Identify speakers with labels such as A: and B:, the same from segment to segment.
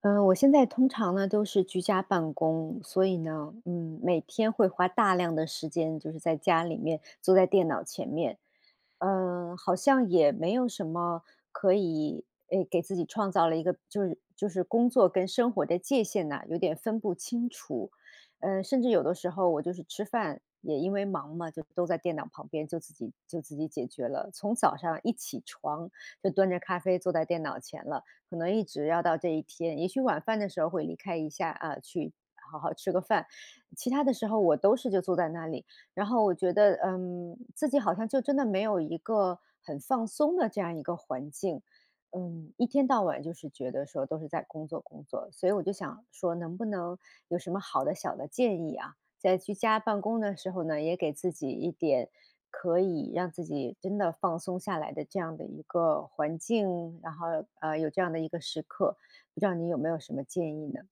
A: 嗯，我现在通常呢都是居家办公，所以呢，每天会花大量的时间就是在家里面坐在电脑前面，好像也没有什么可以，诶，给自己创造了一个就是工作跟生活的界限呐，有点分不清楚。甚至有的时候我就是吃饭也因为忙嘛，就都在电脑旁边，就自己解决了。从早上一起床就端着咖啡坐在电脑前了，可能一直要到这一天。也许晚饭的时候会离开一下啊，去好好吃个饭，其他的时候我都是就坐在那里。然后我觉得，自己好像就真的没有一个很放松的这样一个环境，一天到晚就是觉得说都是在工作工作，所以我就想说，能不能有什么好的小的建议啊？在居家办公的时候呢，也给自己一点可以让自己真的放松下来的这样的一个环境，然后有这样的一个时刻，不知道你有没有什么建议呢？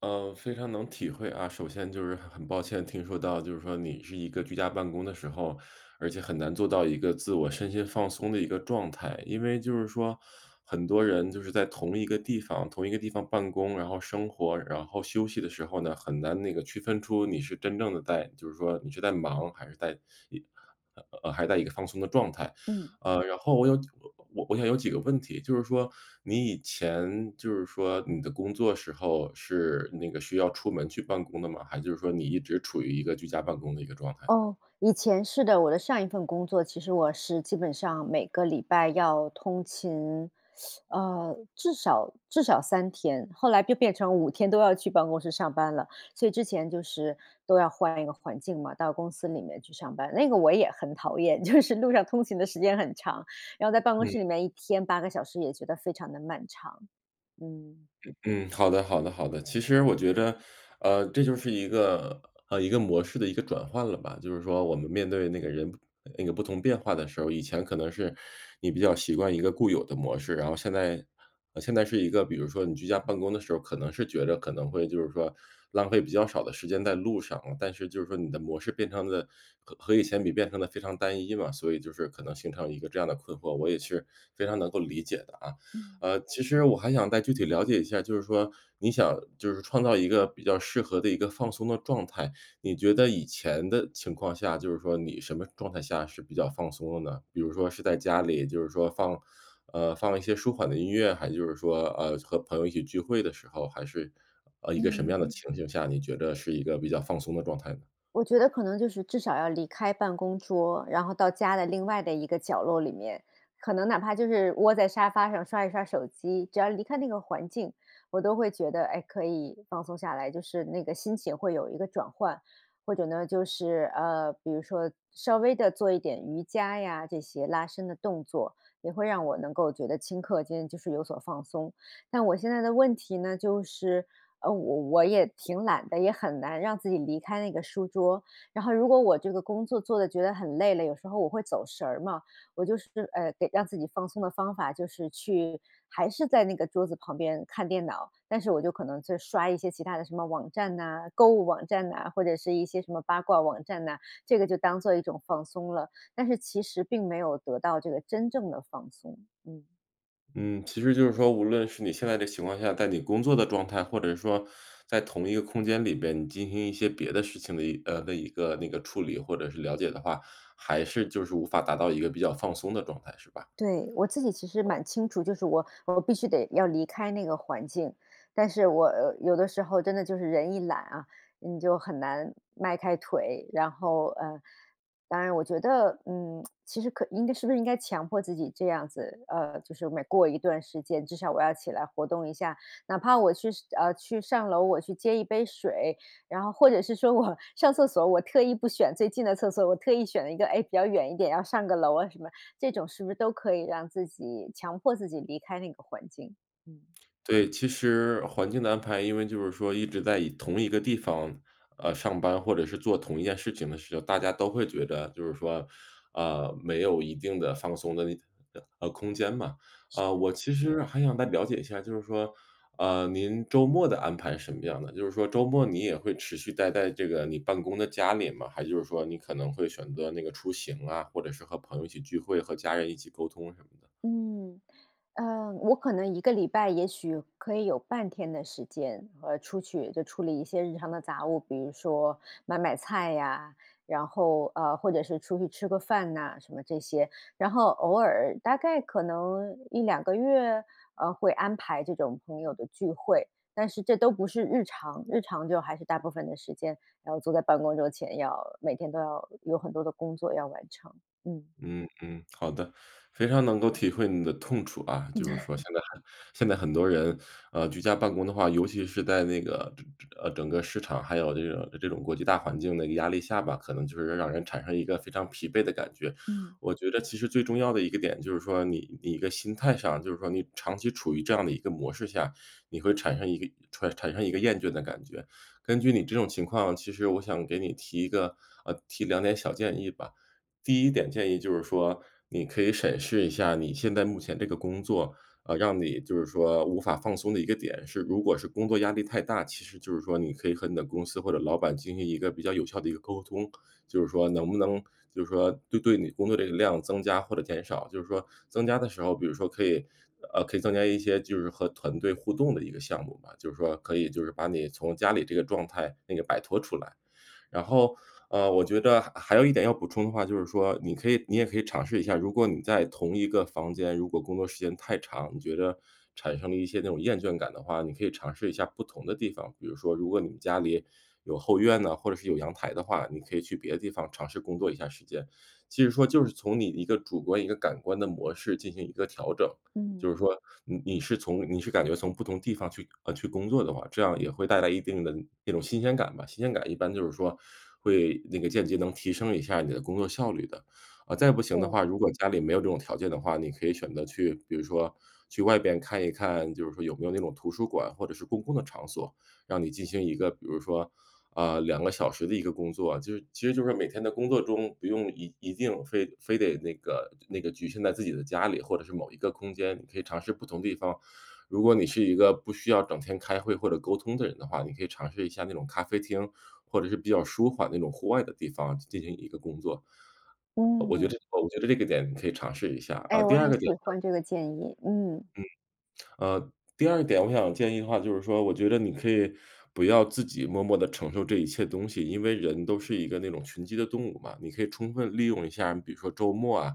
B: 非常能体会啊。首先就是很抱歉听说到，就是说你是一个居家办公的时候，而且很难做到一个自我身心放松的一个状态。因为就是说，很多人就是在同一个地方办公，然后生活，然后休息的时候呢，很难那个区分出你是真正的在就是说你是在忙还是在一还是在一个放松的状态。
A: 嗯。
B: 呃，然后我想有几个问题，就是说你以前就是说你的工作时候是那个需要出门去办公的吗？还就是说你一直处于一个居家办公的一个状态呢？
A: 哦，以前是的，我的上一份工作，其实我是基本上每个礼拜要通勤，至少3天，后来就变成5天都要去办公室上班了。所以之前就是都要换一个环境嘛，到公司里面去上班，那个我也很讨厌，就是路上通勤的时间很长，然后在办公室里面一天8个小时也觉得非常的漫长。嗯
B: 嗯，好的好的好的。其实我觉着，这就是一个一个模式的一个转换了吧。就是说我们面对那个人那个不同变化的时候，以前可能是你比较习惯一个固有的模式，然后现在现在是一个比如说你居家办公的时候，可能是觉着可能会就是说浪费比较少的时间在路上但是就是说你的模式变成了和以前比变成了非常单一嘛，所以就是可能形成一个这样的困惑，我也是非常能够理解的啊。
A: 嗯
B: 呃，其实我还想再具体了解一下，就是说你想就是创造一个比较适合的一个放松的状态，你觉得以前的情况下，就是说你什么状态下是比较放松的呢？比如说是在家里，就是说放放一些舒缓的音乐，还就是说，和朋友一起聚会的时候，还是，一个什么样
A: 嗯。
B: 的嗯情形下，你觉得是一个比较放松的状态呢？
A: 我觉得可能就是至少要离开办公桌，然后到家的另外的一个角落里面，可能哪怕就是窝在沙发上刷一刷手机，只要离开那个环境，我都会觉得，哎，可以放松下来，就是那个心情会有一个转换，或者呢，就是比如说稍微的做一点瑜伽呀，这些拉伸的动作，也会让我能够觉得顷刻间就是有所放松。但我现在的问题呢，就是我也挺懒的，也很难让自己离开那个书桌。然后如果我这个工作做的觉得很累了，有时候我会走神儿嘛，我就是给让自己放松的方法就是去还是在那个桌子旁边看电脑，但是我就可能就刷一些其他的什么网站呐、购物网站呐、或者是一些什么八卦网站呐、这个就当做一种放松了。但是其实并没有得到这个真正的放松，嗯。
B: 嗯，其实就是说，无论是你现在的情况下，在你工作的状态，或者说在同一个空间里边，你进行一些别的事情的的一个那个处理或者是了解的话，还是就是无法达到一个比较放松的状态，是吧？
A: 对，我自己其实蛮清楚，就是我必须得要离开那个环境，但是我有的时候真的就是人一懒啊，你就很难迈开腿。然后当然我觉得，其实可应该是不是应该强迫自己这样子，就是每过一段时间，至少我要起来活动一下，哪怕我去去上楼，我去接一杯水，然后或者是说我 上厕所，我特意不选最近的厕所，我特意选了一个哎比较远一点，要上个楼啊什么。这种是不是都可以让自己强迫自己离开那个环境？嗯。
B: 对，其实环境的安排，因为就是说一直在以同一个地方，上班或者是做同一件事情的时候，大家都会觉得就是说，没有一定的放松的那空间嘛。啊、
A: 是，
B: 我其实还想再了解一下，就是说，您周末的安排是什么样的？就是说周末你也会持续待在这个你办公的家里吗？还就是说你可能会选择那个出行啊，或者是和朋友一起聚会，和家人一起沟通什么的？
A: 嗯，我可能一个礼拜也许可以有半天的时间，出去就处理一些日常的杂物，比如说买买菜呀，然后，或者是出去吃个饭呐，什么这些。然后偶尔大概可能一两个月，会安排这种朋友的聚会，但是这都不是日常，日常就还是大部分的时间要坐在办公桌前，要每天都要有很多的工作要完成，嗯。
B: 嗯嗯，好的，非常能够体会你的痛楚啊。就是说现在很多人，呃，居家办公的话，尤其是在那个整个市场还有这种国际大环境的一个压力下吧，可能就是让人产生一个非常疲惫的感觉。
A: 嗯，
B: 我觉得其实最重要的一个点就是说你一个心态上，就是说你长期处于这样的一个模式下，你会产生一个产生一个厌倦的感觉。根据你这种情况，其实我想给你提一个呃提两点小建议吧。第一点建议就是说，你可以审视一下你现在目前这个工作，呃，让你就是说无法放松的一个点是，如果是工作压力太大，其实就是说你可以和你的公司或者老板进行一个比较有效的一个沟通，就是说能不能就是说对你工作这个量增加或者减少，就是说增加的时候，比如说可以。呃，可以增加一些就是和团队互动的一个项目吧，就是说可以就是把你从家里这个状态那个摆脱出来，然后，呃，我觉得还有一点要补充的话，就是说你也可以尝试一下，如果你在同一个房间，如果工作时间太长，你觉得产生了一些那种厌倦感的话，你可以尝试一下不同的地方。比如说，如果你们家里有后院呢，或者是有阳台的话，你可以去别的地方尝试工作一下时间。其实说就是从你一个主观一个感官的模式进行一个调整，
A: 嗯。
B: 就是说你是感觉从不同地方去工作的话，这样也会带来一定的那种新鲜感吧。新鲜感一般就是说会那个间接能提升一下你的工作效率的。啊，再不行的
A: 嗯
B: 话，如果家里没有这种条件的话，你可以选择去比如说去外边看一看，就是说有没有那种图书馆或者是公共的场所，让你进行一个比如说啊两个小时的一个工作啊就是其实就是每天的工作中不用一定非得那个局限在自己的家里，或者是某一个空间，你可以尝试不同地方。如果你是一个不需要整天开会或者沟通的人的话，你可以尝试一下那种咖啡厅，或者是比较舒缓那种户外的地方进行一个工作。呃我觉得
A: 嗯。
B: 这我觉得这个点你可以尝试一下。啊，
A: 哎，
B: 第
A: 我
B: 二
A: 很
B: 个点
A: 喜欢这个建议，嗯，
B: 呃，第二点我想建议的话，就是说我觉得你可以不要自己默默地承受这一切东西，因为人都是一个那种群居的动物嘛，你可以充分利用一下，比如说周末啊，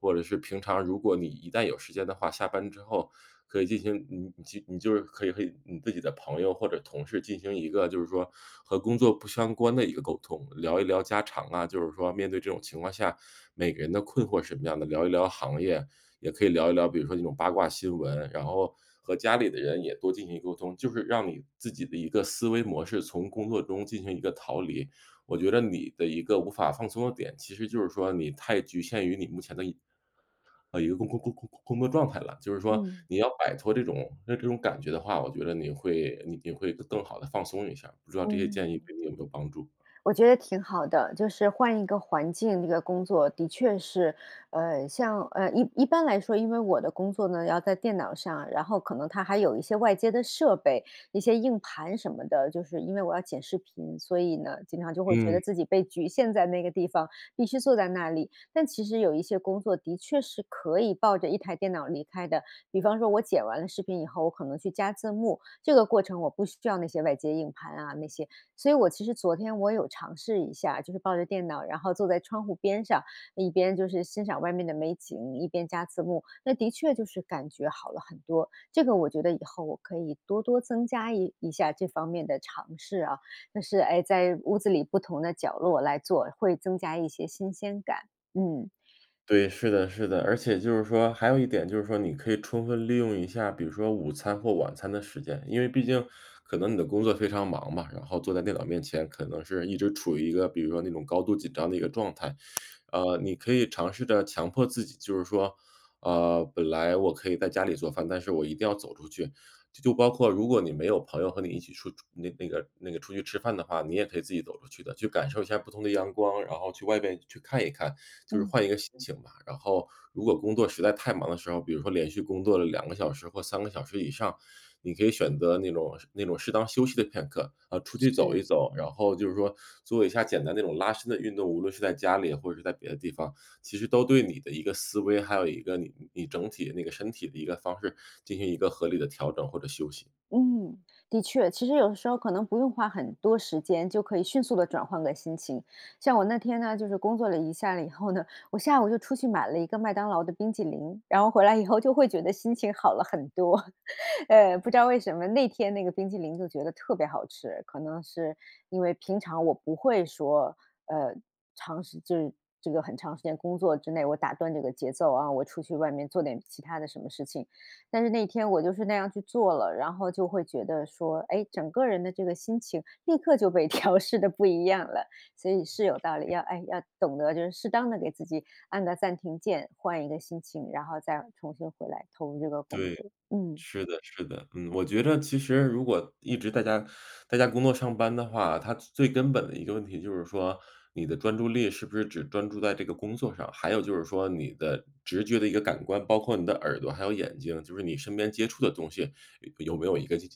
B: 或者是平常如果你一旦有时间的话，下班之后可以进行你就可以和你自己的朋友或者同事进行一个就是说和工作不相关的一个沟通，聊一聊家常啊，就是说面对这种情况下，每个人的困惑是什么样的，聊一聊行业，也可以聊一聊，比如说这种八卦新闻，然后和家里的人也多进行沟通，就是让你自己的一个思维模式从工作中进行一个逃离。我觉得你的一个无法放松的点，其实就是说你太局限于你目前的一个工作状态了。就是说
A: 嗯，
B: 你要摆脱这种感觉的话，我觉得你会更好的放松一下不知道这些
A: 嗯。
B: 建议对你有没有帮助？
A: 我觉得挺好的，就是换一个环境，这个工作的确是，像一般来说，因为我的工作呢要在电脑上，然后可能它还有一些外接的设备，一些硬盘什么的，就是因为我要剪视频，所以呢，经常就会觉
B: 嗯。
A: 得自己被局限在那个地方，必须坐在那里。但其实有一些工作的确是可以抱着一台电脑离开的，比方说我剪完了视频以后，我可能去加字幕，这个过程我不需要那些外接硬盘啊那些，所以我其实昨天我有尝试一下，就是抱着电脑，然后坐在窗户边上，一边就是欣赏外面的美景，一边加字幕。那的确就是感觉好了很多。这个我觉得以后我可以多多增加一下这方面的尝试啊，就是哎，在屋子里不同的角落来做，会增加一些新鲜感。嗯，
B: 对，是的，是的，而且就是说，还有一点就是说，你可以充分利用一下，比如说午餐或晚餐的时间，因为毕竟可能你的工作非常忙嘛，然后坐在电脑面前，可能是一直处于一个比如说那种高度紧张的一个状态，呃，你可以尝试着强迫自己，就是说，呃，本来我可以在家里做饭，但是我一定要走出去，就包括如果你没有朋友和你一起出那那个那个出去吃饭的话，你也可以自己走出去的，去感受一下不同的阳光，然后去外边去看一看。就是
A: 嗯，
B: 换一个心情吧。然后如果工作实在太忙的时候，比如说连续工作了两个小时或三个小时以上，你可以选择那种适当休息的片刻，啊，出去走一
A: 是。
B: 走，然后就是说做一下简单那种拉伸的运动，无论是在家里或者是在别的地方，其实都对你的一个思维，还有一个你整体那个身体的一个方式进行一个合理的调整或者休息。
A: 嗯，的确，其实有时候可能不用花很多时间，就可以迅速的转换个心情。像我那天呢，就是工作了一下了以后呢，我下午就出去买了一个麦当劳的冰激凌，然后回来以后就会觉得心情好了很多。不知道为什么那天那个冰激凌就觉得特别好吃，可能是因为平常我不会说，呃，就是这个很长时间工作之内，我打断这个节奏啊，我出去外面做点其他的什么事情。但是那天我就是那样去做了，然后就会觉得说，哎，整个人的这个心情立刻就被 调试的不一样了，所以是有道理，要懂得就是适当的给自己按个暂停键，换一个心情，然后再重新回来投入这个工
B: 对。
A: 作。嗯，
B: 是的，是的，嗯，我觉着其实如果一直在家工作上班的话，它最根本的一个问题就是说，你的专注力是不是只专注在这个工作上？还有就是说你的直觉的一个感官，包括你的耳朵还有眼睛，就是你身边接触的东西有没有一个进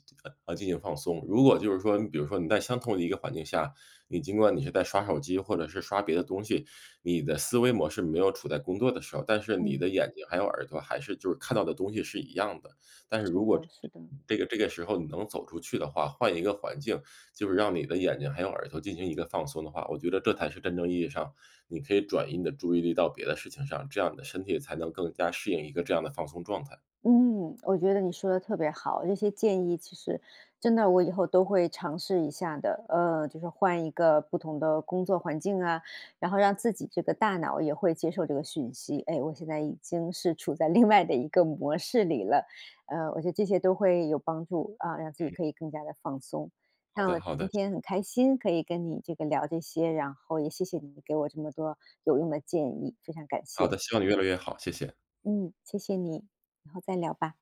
B: 啊进行放松？如果就是说，你比如说你在相同的一个环境下，你尽管你是在刷手机或者是刷别的东西，你的思维模式没有处在工作的时候，但是你
A: 嗯，
B: 的眼睛还有耳朵还是就是看到的东西是一样的。但是
A: 是
B: 如果
A: 的。是的，
B: 这个时候你能走出去的话，换一个环境，就是让你的眼睛还有耳朵进行一个放松的话，我觉得这才是真正意义上你可以转移你的注意力到别的事情上，这样你的身体才能更加适应一个这样的放松状态。
A: 嗯，我觉得你说的特别好，这些建议其实真的我以后都会尝试一下的。就是换一个不同的工作环境啊，然后让自己这个大脑也会接受这个讯息。哎，我现在已经是处在另外的一个模式里了，我觉得这些都会有帮助啊，让自己可以更加的放松。
B: 好
A: 那
B: 的，
A: 我
B: 好
A: 今
B: 的，
A: 天很开心可以跟你这个聊这些，然后也谢谢你给我这么多有用的建议，非常感
B: 好
A: 谢。
B: 的，希望你越来越好，谢谢。
A: 嗯，谢谢你，以后再聊吧。